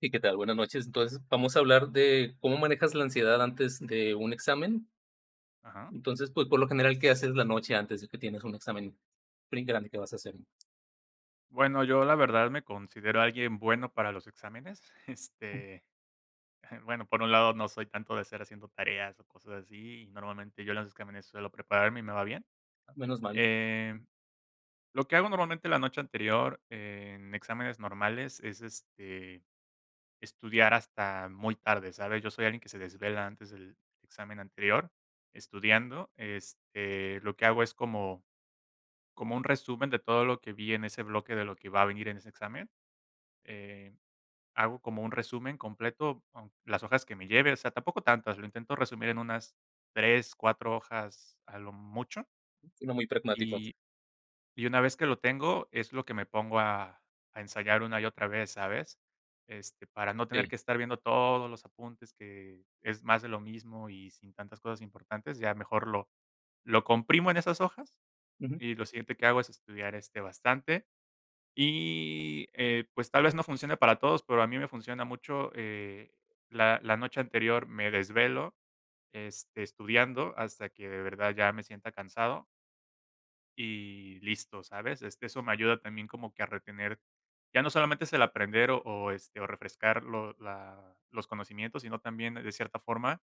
Sí, ¿qué tal? Buenas noches. Entonces, vamos a hablar de cómo manejas la ansiedad antes de un examen. Ajá. Entonces, pues por lo general, ¿qué haces la noche antes de que tienes un examen grande que vas a hacer? Bueno, yo la verdad me considero alguien bueno para los exámenes. Este, bueno, por un lado no soy tanto de estar haciendo tareas o cosas así, y normalmente yo en los exámenes suelo prepararme y me va bien. Menos mal. Em, lo que hago normalmente la noche anterior en exámenes normales es estudiar hasta muy tarde, ¿sabes? Yo soy alguien que se desvela antes del examen anterior estudiando. Lo que hago es como un resumen de todo lo que vi en ese bloque de lo que va a venir en ese examen. Eh, hago como un resumen completo, aun las hojas que me lleve, o sea, tampoco tantas, lo intento resumir en unas 3 4 hojas a lo mucho, Sino muy pragmático. y y una vez que lo tengo, es lo que me pongo a ensayar una y otra vez, ¿sabes? Para no tener Sí. que estar viendo todos los apuntes que es más de lo mismo y sin tantas cosas importantes, ya mejor lo comprimo en esas hojas, Ujú. y lo siguiente que hago es estudiar, bastante. Y, pues, tal vez no funcione para todos, pero a mí me funciona mucho, la noche anterior me desvelo, estudiando hasta que de verdad ya me sienta cansado y listo, ¿sabes? Eso me ayuda también como que a retener, ya no solamente es el aprender o refrescar lo la los conocimientos, sino también, de cierta forma,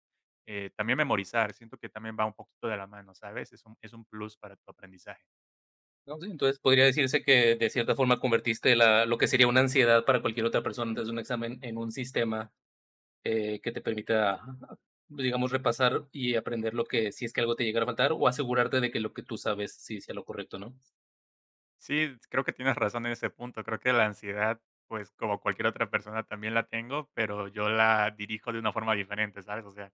también memorizar. Siento que también va un poquito de la mano, ¿sabes? Es un plus para tu aprendizaje. No, sí, entonces, podría decirse que de cierta forma convertiste la, lo que sería una ansiedad para cualquier otra persona antes de un examen en un sistema que te permita, digamos, repasar y aprender lo que, si es que algo te llegara a faltar, o asegurarte de que lo que tú sabes sí sea lo correcto, ¿no? Sí, creo que tienes razón en ese punto. Creo que la ansiedad, pues, como cualquier otra persona también la tengo, pero yo la dirijo de una forma diferente, ¿sabes? O sea,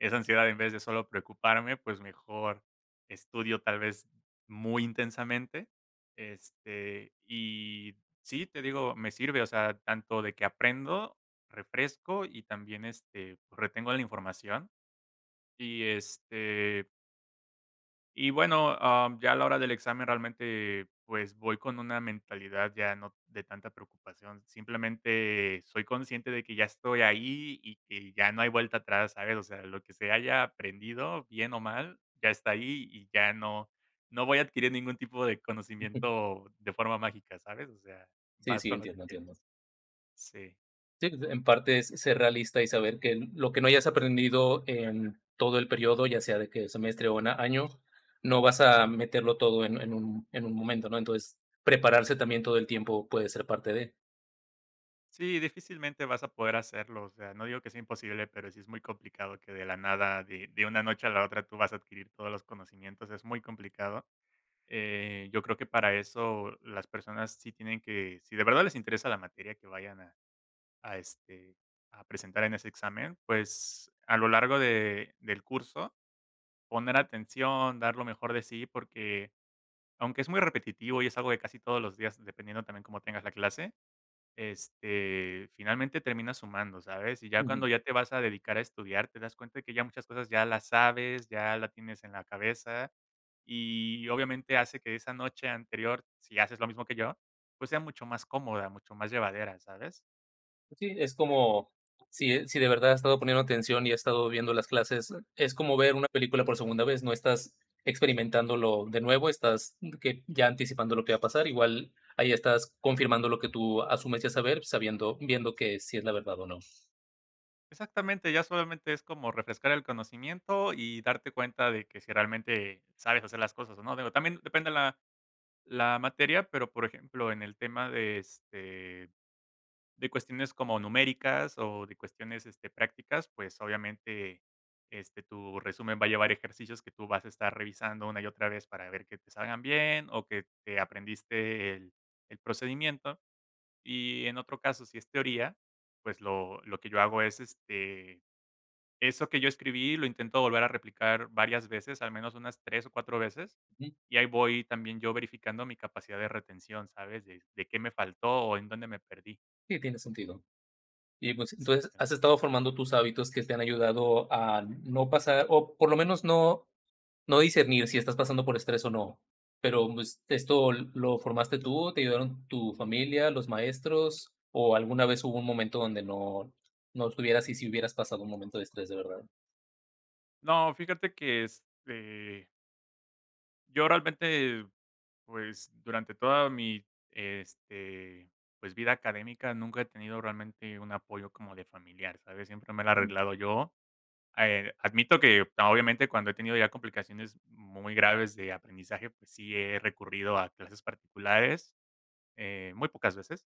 esa ansiedad en vez de solo preocuparme, pues mejor estudio tal vez muy intensamente. Y sí, te digo, me sirve, o sea, tanto de que aprendo, refresco y también pues, retengo la información. Y este, y bueno, ya a la hora del examen realmente, pues, voy con una mentalidad ya no de tanta preocupación. Simplemente soy consciente de que ya estoy ahí y que ya no hay vuelta atrás, ¿sabes? O sea, lo que se haya aprendido, bien o mal, ya está ahí y ya no no voy a adquirir ningún tipo de Ujú. conocimiento de forma mágica, ¿sabes? O sea, Sí, vas sí, con lo que entiendo, entiendo. tienes. Sí. Sí, en parte es ser realista y saber que lo que no hayas aprendido en todo el periodo, ya sea de que semestre o año, no vas a meterlo todo en un momento, ¿no? Entonces, prepararse también todo el tiempo puede ser parte de. Sí, difícilmente vas a poder hacerlo, o sea, no digo que sea imposible, pero sí es muy complicado que de la nada, de una noche a la otra, tú vas a adquirir todos los conocimientos, es muy complicado. Yo creo que para eso las personas sí tienen que, si de verdad les interesa la materia que vayan a, este, a presentar en ese examen, pues a lo largo del curso, poner atención, dar lo mejor de sí, porque aunque es muy repetitivo y es algo de casi todos los días, dependiendo también cómo tengas la clase, finalmente termina sumando, ¿sabes? Y ya Ujú. cuando ya te vas a dedicar a estudiar, te das cuenta de que ya muchas cosas ya las sabes, ya la tienes en la cabeza y obviamente hace que esa noche anterior, si haces lo mismo que yo, pues sea mucho más cómoda, mucho más llevadera, ¿sabes? Sí, es como si, si de verdad has estado poniendo atención y has estado viendo las clases, es como ver una película por segunda vez, no estás experimentándolo de nuevo, estás que ya anticipando lo que va a pasar, igual ahí estás confirmando lo que tú asumes ya saber, sabiendo, viendo que si es la verdad o no. Exactamente, ya solamente es como refrescar el conocimiento y darte cuenta de que si realmente sabes hacer las cosas o no. Digo, también depende la materia, pero por ejemplo, en el tema de cuestiones como numéricas o de cuestiones, prácticas, pues, obviamente, tu resumen va a llevar ejercicios que tú vas a estar revisando una y otra vez para ver que te salgan bien o que te aprendiste el procedimiento. Y en otro caso, si es teoría, pues, lo que yo hago es, eso que yo escribí lo intento volver a replicar varias veces, al menos unas 3 o 4 veces, Mm, y ahí voy también yo verificando mi capacidad de retención, ¿sabes? De qué me faltó o en dónde me perdí. sí, tiene sentido. Y pues, Sí, entonces, claro. has estado formando tus hábitos que te han ayudado a no pasar, o por lo menos no, no discernir si estás pasando por estrés o no. Pero, pues, ¿esto lo formaste tú? ¿Te ayudaron tu familia, los maestros? ¿O alguna vez hubo un momento donde no, no estuvieras y si hubieras pasado un momento de estrés de verdad? No, fíjate que, yo realmente, pues, durante toda mi, este, pues, vida académica nunca he tenido realmente un apoyo como de familiar, ¿sabes? Siempre me lo he Mm. arreglado yo. Admito que, obviamente, cuando he tenido ya complicaciones muy graves de aprendizaje, pues sí he recurrido a clases particulares muy pocas veces,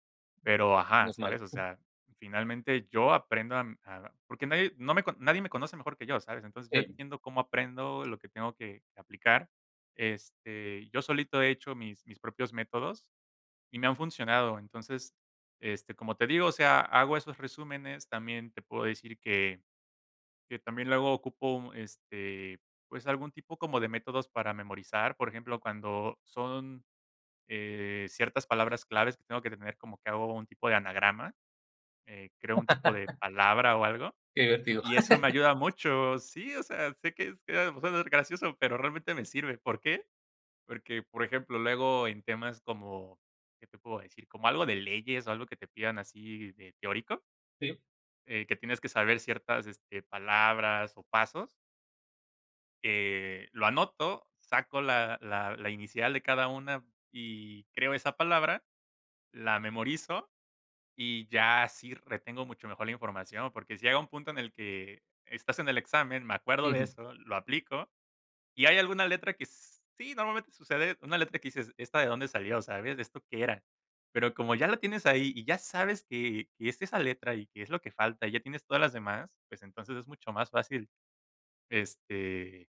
pero ajá, No es mal. ¿sabes? O sea, finalmente yo aprendo a porque nadie me conoce mejor que yo, ¿sabes? Entonces, yo Sí, entiendo cómo aprendo lo que tengo que aplicar. Yo solito he hecho mis propios métodos y me han funcionado. Entonces, como te digo, o sea, hago esos resúmenes, también te puedo decir que también luego ocupo, pues, algún tipo como de métodos para memorizar, por ejemplo, cuando son ciertas palabras claves que tengo que tener, como que hago un tipo de anagrama, creo un tipo de palabra o algo, qué divertido. y eso me ayuda mucho. Sí, o sea, sé que es que suena gracioso, pero realmente me sirve. ¿Por qué? Porque, por ejemplo, luego en temas como, ¿qué te puedo decir? Como algo de leyes o algo que te pidan así de teórico, Sí. Que tienes que saber ciertas palabras o pasos, lo anoto, saco la inicial de cada una y creo esa palabra, la memorizo. Y ya sí retengo mucho mejor la información, porque si llega un punto en el que estás en el examen, me acuerdo de Ujú. eso, lo aplico, y hay alguna letra que sí, normalmente sucede, una letra que dices, ¿esta de dónde salió? ¿Sabes? ¿Esto qué era? Pero como ya la tienes ahí y ya sabes que es esa letra y que es lo que falta y ya tienes todas las demás, pues entonces es mucho más fácil este,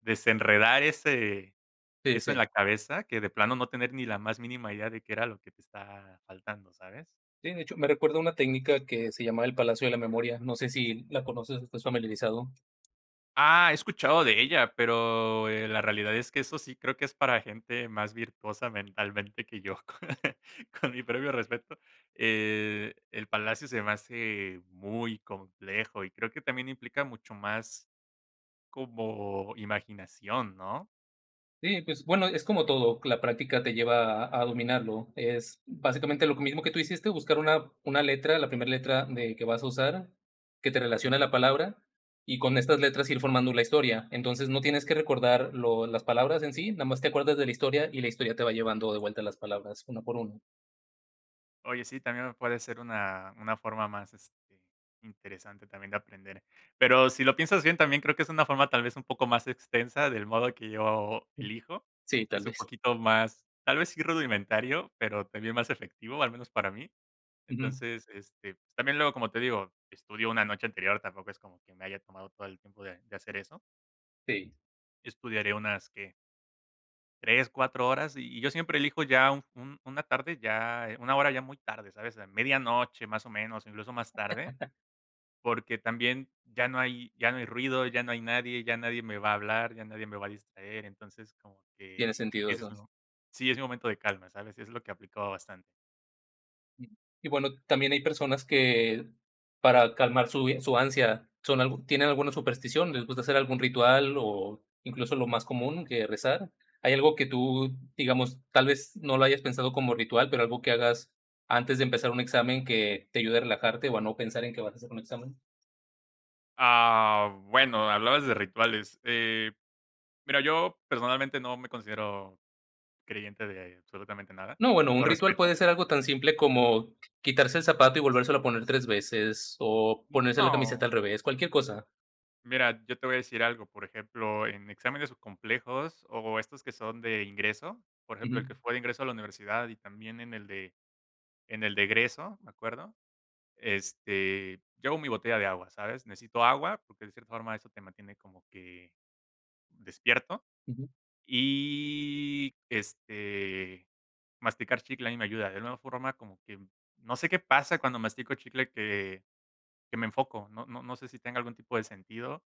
desenredar ese, Sí, eso en la sí. cabeza que de plano no tener ni la más mínima idea de qué era lo que te está faltando, ¿sabes? Sí, de hecho, me recuerda una técnica que se llama el Palacio de la Memoria. No sé si la conoces, estás familiarizado. Ah, he escuchado de ella, pero, la realidad es que eso sí creo que es para gente más virtuosa mentalmente que yo, con mi previo respeto. El Palacio se me hace muy complejo y creo que también implica mucho más como imaginación, ¿no? Sí, pues bueno, es como todo, la práctica te lleva a dominarlo. Es básicamente lo mismo que tú hiciste, buscar una letra, la primera letra de que vas a usar, que te relaciona la palabra, y con estas letras ir formando la historia. Entonces no tienes que recordar las palabras en sí, nada más te acuerdas de la historia y la historia te va llevando de vuelta las palabras una por una. Oye, sí, también puede ser una forma más, interesante también de aprender. Pero si lo piensas bien, también creo que es una forma tal vez un poco más extensa del modo que yo elijo, Sí, tal es un vez. poquito más, tal vez sí rudimentario, pero también más efectivo, al menos para mí. Ujú. Entonces, pues, también luego, como te digo, estudio una noche anterior, tampoco es como que me haya tomado todo el tiempo de hacer eso. Sí, Estudiaré unas, que 3 4 horas, y yo siempre elijo ya un una tarde ya, una hora ya muy tarde, ¿sabes? A medianoche, más o menos, incluso más tarde, porque también ya no hay ruido, ya no hay nadie, ya nadie me va a hablar, ya nadie me va a distraer, entonces como tiene que sentido ese es eso. mi mo sí, es mi momento de calma, ¿sabes? Es lo que aplicaba bastante. Y bueno, también hay personas que para calmar su su ansia son algu tienen alguna superstición, les gusta hacer algún ritual o incluso lo más común que rezar. ¿Hay algo que tú, digamos, tal vez no lo hayas pensado como ritual, pero algo que hagas antes de empezar un examen que te ayude a relajarte o a no pensar en que vas a hacer un examen? Ah, bueno, hablabas de rituales. Mira, yo personalmente no me considero creyente de absolutamente nada. No, bueno, un Lo ritual respeto. puede ser algo tan simple como quitarse el zapato y volvérselo a poner 3 veces o N ponerse la camiseta no. al revés, cualquier cosa. Mira, yo te voy a decir algo, por ejemplo, en exámenes complejos o estos que son de ingreso, por ejemplo, Ujú, el que fue de ingreso a la universidad y también en el de egreso, me acuerdo, llevo mi botella de agua, ¿sabes? Necesito agua porque de cierta forma eso te mantiene como que despierto ujú. y, masticar chicle a mí me ayuda, de alguna forma como que no sé qué pasa cuando mastico chicle que me enfoco, no sé si tenga algún tipo de sentido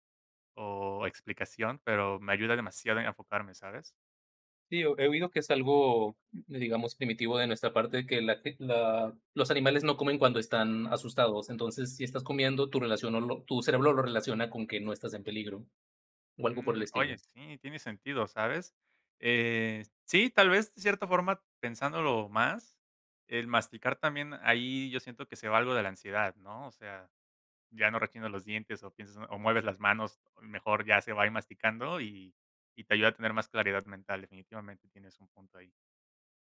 o explicación, pero me ayuda demasiado a enfocarme, ¿sabes? Sí, he oído que es algo, digamos, primitivo de nuestra parte, que la, que los animales no comen cuando están asustados. Entonces, si estás comiendo, tu, relación o tu cerebro lo relaciona con que no estás en peligro o algo por el Mm, oye, estilo. sí, tiene sentido, ¿sabes? Sí, tal vez, de cierta forma, pensándolo más, el masticar también ahí yo siento que se va algo de la ansiedad, ¿no? O sea, ya no rechinas los dientes o piensas o mueves las manos, mejor ya se va ahí masticando y te ayuda a tener más claridad mental, definitivamente tienes un punto ahí.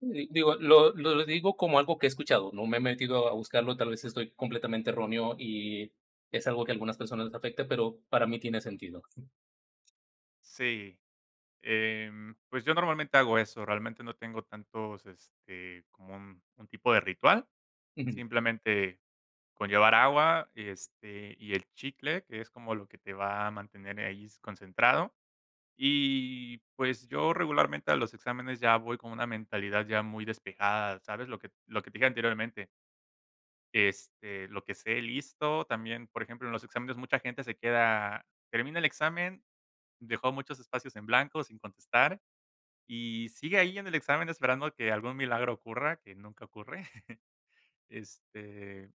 Digo, lo digo como algo que he escuchado, no me he metido a buscarlo, tal vez estoy completamente erróneo y es algo que a algunas personas les afecta, pero para mí tiene sentido. Sí, pues yo normalmente hago eso, realmente no tengo tantos, como un tipo de ritual. Simplemente con llevar agua, y el chicle, que es como lo que te va a mantener ahí concentrado. Y, pues, yo regularmente a los exámenes ya voy con una mentalidad ya muy despejada, ¿sabes? Lo que te dije anteriormente, lo que sé, listo. También, por ejemplo, en los exámenes mucha gente se queda termina el examen, dejó muchos espacios en blanco sin contestar y sigue ahí en el examen esperando que algún milagro ocurra, que nunca ocurre. Este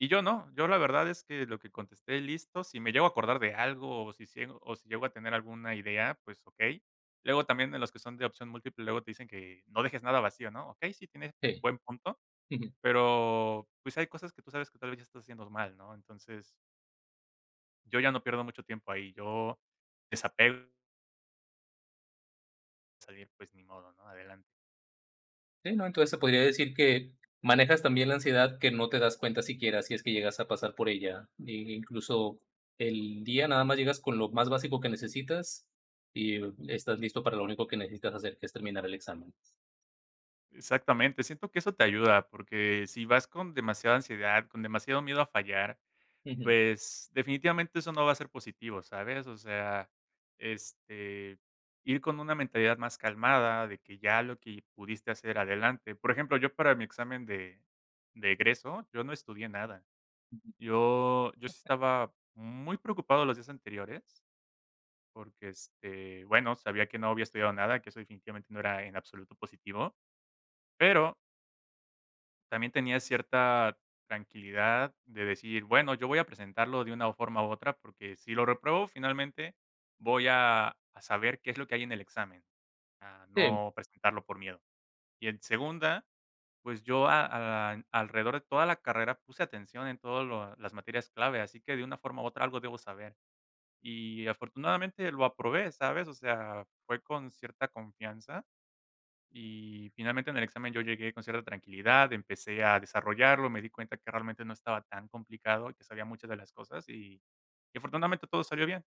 Y yo no, yo la verdad es que lo que contesté: "Listo", si me llego a acordar de algo, o si sigo o si llego a tener alguna idea, pues okey. Luego también en los que son de opción múltiple, luego te dicen que no dejes nada vacío, ¿no? Okey, sí, tienes Sí. buen punto, pero, pues, hay cosas que tú sabes que tal vez ya estás haciendo mal, ¿no? Entonces, yo ya no pierdo mucho tiempo ahí, yo desapego, salir, pues ni modo, ¿no? Adelante. Sí, ¿no? Entonces se podría decir que manejas también la ansiedad que no te das cuenta siquiera si es que llegas a pasar por ella. Incluso el día nada más llegas con lo más básico que necesitas y estás listo para lo único que necesitas hacer, que es terminar el examen. Exactamente, siento que eso te ayuda, porque si vas con demasiada ansiedad, con demasiado miedo a fallar. Ujú. Pues, definitivamente eso no va a ser positivo, ¿sabes? O sea, este, ir con una mentalidad más calmada de que ya lo que pudiste hacer adelante. Por ejemplo, yo para mi examen de egreso, yo no estudié nada. Yo sí estaba muy preocupado los días anteriores porque, bueno, sabía que no había estudiado nada, que eso definitivamente no era en absoluto positivo, pero también tenía cierta tranquilidad de decir: "Bueno, yo voy a presentarlo de una forma u otra, porque si lo repruebo, finalmente voy a saber qué es lo que hay en el examen, a Sí, no presentarlo por miedo". Y en segunda, pues yo a alrededor de toda la carrera puse atención en todas las materias clave, así que de una forma u otra algo debo saber. Y afortunadamente lo aprobé, ¿sabes? O sea, fue con cierta confianza y finalmente en el examen yo llegué con cierta tranquilidad, empecé a desarrollarlo, me di cuenta que realmente no estaba tan complicado, que sabía muchas de las cosas y afortunadamente todo salió bien.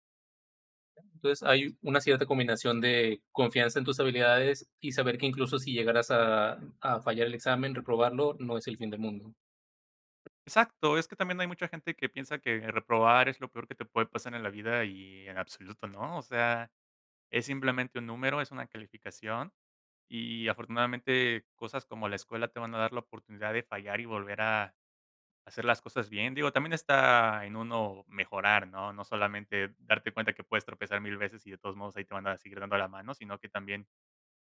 entonces hay una cierta combinación de confianza en tus habilidades y saber que incluso si llegaras a fallar el examen, reprobarlo, no es el fin del mundo. Exacto, es que también hay mucha gente que piensa que reprobar es lo peor que te puede pasar en la vida y en absoluto no, o sea, es simplemente un número, es una calificación y afortunadamente cosas como la escuela te van a dar la oportunidad de fallar y volver a hacer las cosas bien, digo, también está en uno mejorar, ¿no? No solamente darte cuenta que puedes tropezar 1000 veces y de todos modos ahí te van a seguir dando la mano, sino que también,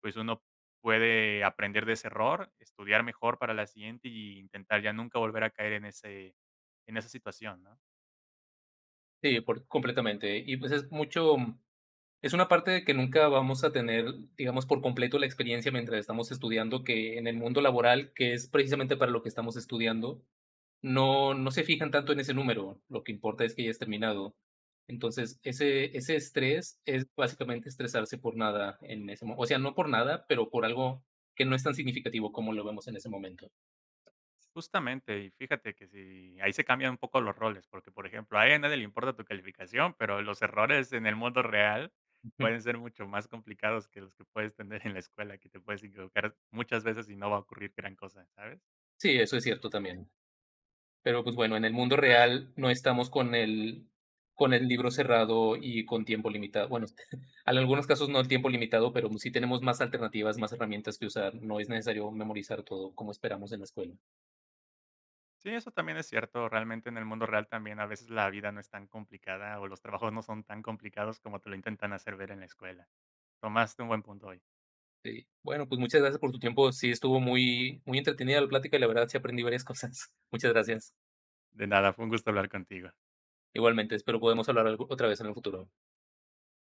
pues, uno puede aprender de ese error, estudiar mejor para la siguiente y intentar ya nunca volver a caer en ese en esa situación, ¿no? Sí, por, completamente. Y pues es mucho. Es una parte que nunca vamos a tener, digamos, por completo la experiencia mientras estamos estudiando, que en el mundo laboral, que es precisamente para lo que estamos estudiando, no, no se fijan tanto en ese número, lo que importa es que ya es terminado. Entonces, ese estrés es básicamente estresarse por nada en ese momento. O sea, no por nada, pero por algo que no es tan significativo como lo vemos en ese momento. Justamente, y fíjate que si ahí se cambian un poco los roles, porque, por ejemplo, a ella nadie le importa tu calificación, pero los errores en el mundo real pueden ser mucho más complicados que los que puedes tener en la escuela, que te puedes equivocar muchas veces y no va a ocurrir gran cosa, ¿sabes? Sí, eso es cierto también. Pero pues bueno, en el mundo real no estamos con el libro cerrado y con tiempo limitado. Bueno, en algunos casos no el tiempo limitado, pero sí tenemos más alternativas, más herramientas que usar. No es necesario memorizar todo como esperamos en la escuela. Sí, eso también es cierto. Realmente en el mundo real también a veces la vida no es tan complicada o los trabajos no son tan complicados como te lo intentan hacer ver en la escuela. Tomaste un buen punto hoy. Sí. Bueno, pues muchas gracias por tu tiempo. Sí, estuvo muy, muy entretenida la plática y la verdad sí aprendí varias cosas. Muchas gracias. De nada, fue un gusto hablar contigo. Igualmente, espero podemos hablar otra vez en el futuro.